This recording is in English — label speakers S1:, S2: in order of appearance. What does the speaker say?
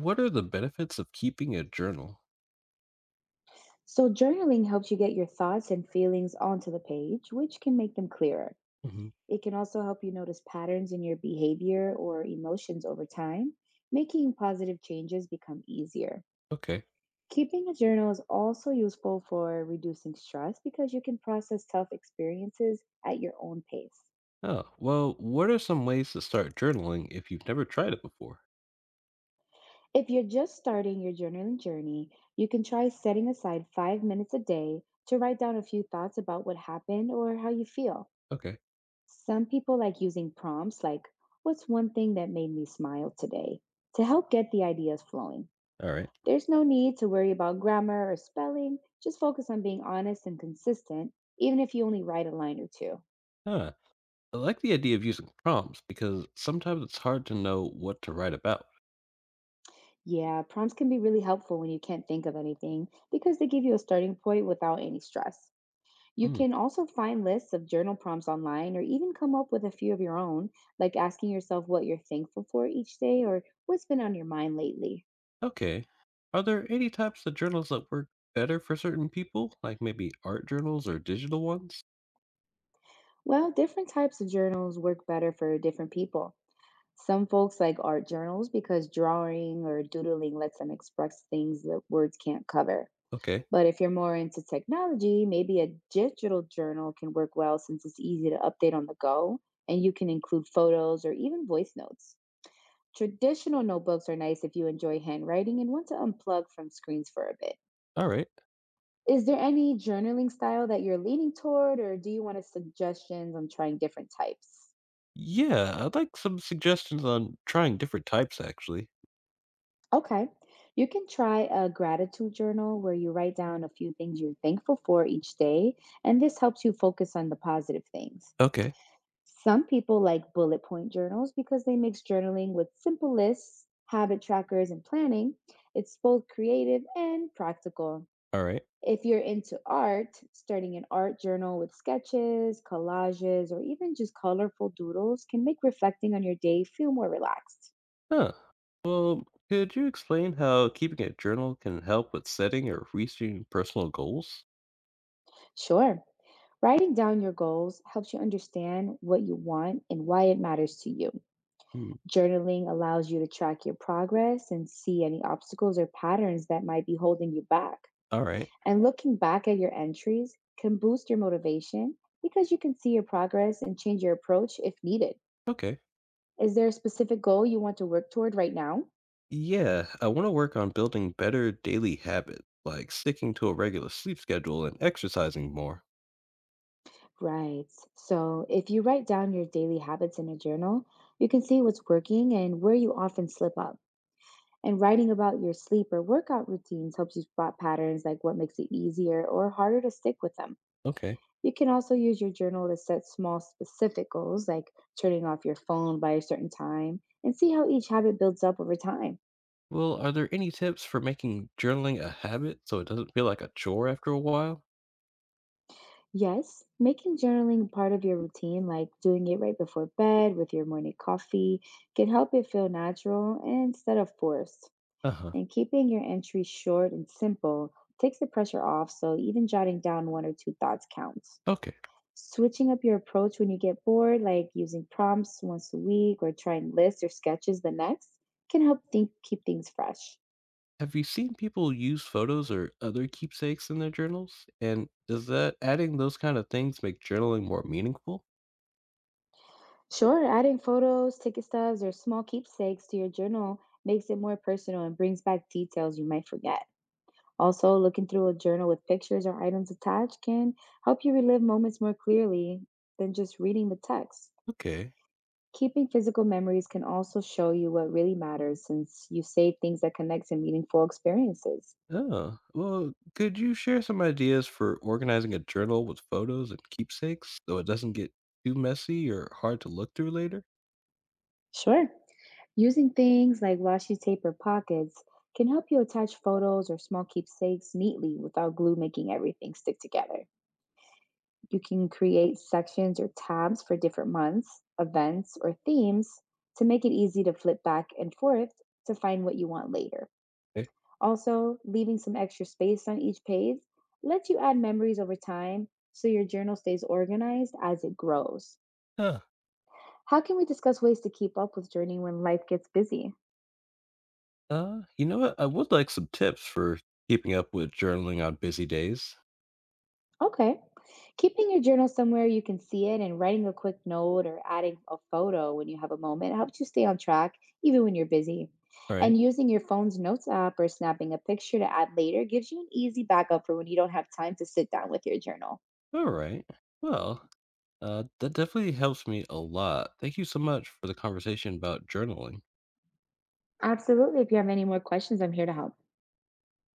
S1: What are the benefits of keeping a journal?
S2: So, journaling helps you get your thoughts and feelings onto the page, which can make them clearer.
S1: Hmm.
S2: It can also help you notice patterns in your behavior or emotions over time, making positive changes become easier.
S1: Okay.
S2: Keeping a journal is also useful for reducing stress because you can process tough experiences at your own pace.
S1: Oh, well, what are some ways to start journaling if you've never tried it before?
S2: If you're just starting your journaling journey, you can try setting aside 5 minutes a day to write down a few thoughts about what happened or how you feel.
S1: Okay.
S2: Some people like using prompts like, "What's one thing that made me smile today?" to help get the ideas flowing.
S1: All right.
S2: There's no need to worry about grammar or spelling. Just focus on being honest and consistent, even if you only write a line or two.
S1: Huh. I like the idea of using prompts because sometimes it's hard to know what to write about.
S2: Yeah, prompts can be really helpful when you can't think of anything because they give you a starting point without any stress. You
S1: Mm.
S2: can also find lists of journal prompts online or even come up with a few of your own, like asking yourself what you're thankful for each day or what's been on your mind lately.
S1: Okay. Are there any types of journals that work better for certain people, like maybe art journals or digital ones?
S2: Well, different types of journals work better for different people. Some folks like art journals because drawing or doodling lets them express things that words can't cover.
S1: Okay.
S2: But if you're more into technology, maybe a digital journal can work well since it's easy to update on the go and you can include photos or even voice notes. Traditional notebooks are nice if you enjoy handwriting and want to unplug from screens for a bit.
S1: All right.
S2: Is there any journaling style that you're leaning toward, or do you want a suggestions on trying different types?
S1: Yeah, I'd like some suggestions on trying different types, actually.
S2: Okay. You can try a gratitude journal where you write down a few things you're thankful for each day, and this helps you focus on the positive things.
S1: Okay.
S2: Some people like bullet point journals because they mix journaling with simple lists, habit trackers, and planning. It's both creative and practical.
S1: All right.
S2: If you're into art, starting an art journal with sketches, collages, or even just colorful doodles can make reflecting on your day feel more relaxed.
S1: Huh. Well, could you explain how keeping a journal can help with setting or reaching personal goals?
S2: Sure. Writing down your goals helps you understand what you want and why it matters to you.
S1: Hmm.
S2: Journaling allows you to track your progress and see any obstacles or patterns that might be holding you back.
S1: All right.
S2: And looking back at your entries can boost your motivation because you can see your progress and change your approach if needed.
S1: Okay.
S2: Is there a specific goal you want to work toward right now?
S1: Yeah, I want to work on building better daily habits, like sticking to a regular sleep schedule and exercising more.
S2: Right. So, if you write down your daily habits in a journal, you can see what's working and where you often slip up. And writing about your sleep or workout routines helps you spot patterns like what makes it easier or harder to stick with them.
S1: Okay.
S2: You can also use your journal to set small, specific goals like turning off your phone by a certain time and see how each habit builds up over time.
S1: Well, are there any tips for making journaling a habit so it doesn't feel like a chore after a while?
S2: Yes, making journaling part of your routine, like doing it right before bed with your morning coffee, can help it feel natural instead of forced.
S1: Uh huh.
S2: And keeping your entries short and simple takes the pressure off, so even jotting down one or two thoughts counts.
S1: Okay.
S2: Switching up your approach when you get bored, like using prompts once a week or trying lists or sketches the next, can help think, keep things fresh.
S1: Have you seen people use photos or other keepsakes in their journals? And does that adding those kind of things make journaling more meaningful?
S2: Sure, adding photos, ticket stubs, or small keepsakes to your journal makes it more personal and brings back details you might forget. Also, looking through a journal with pictures or items attached can help you relive moments more clearly than just reading the text.
S1: Okay.
S2: Keeping physical memories can also show you what really matters since you save things that connect to meaningful experiences.
S1: Oh, well, could you share some ideas for organizing a journal with photos and keepsakes so it doesn't get too messy or hard to look through later?
S2: Sure. Using things like washi tape or pockets can help you attach photos or small keepsakes neatly without glue making everything stick together. You can create sections or tabs for different months, events, or themes to make it easy to flip back and forth to find what you want later.
S1: Eh.
S2: Also, leaving some extra space on each page lets you add memories over time so your journal stays organized as it grows.
S1: Huh.
S2: How can we discuss ways to keep up with journey when life gets busy?
S1: You know what? I would like some tips for keeping up with journaling on busy days.
S2: Okay. Keeping your journal somewhere you can see it and writing a quick note or adding a photo when you have a moment helps you stay on track, even when you're busy.
S1: All
S2: And
S1: right.
S2: using your phone's notes app or snapping a picture to add later gives you an easy backup for when you don't have time to sit down with your journal.
S1: All right. Well, that definitely helps me a lot. Thank you so much for the conversation about journaling.
S2: Absolutely. If you have any more questions, I'm here to help.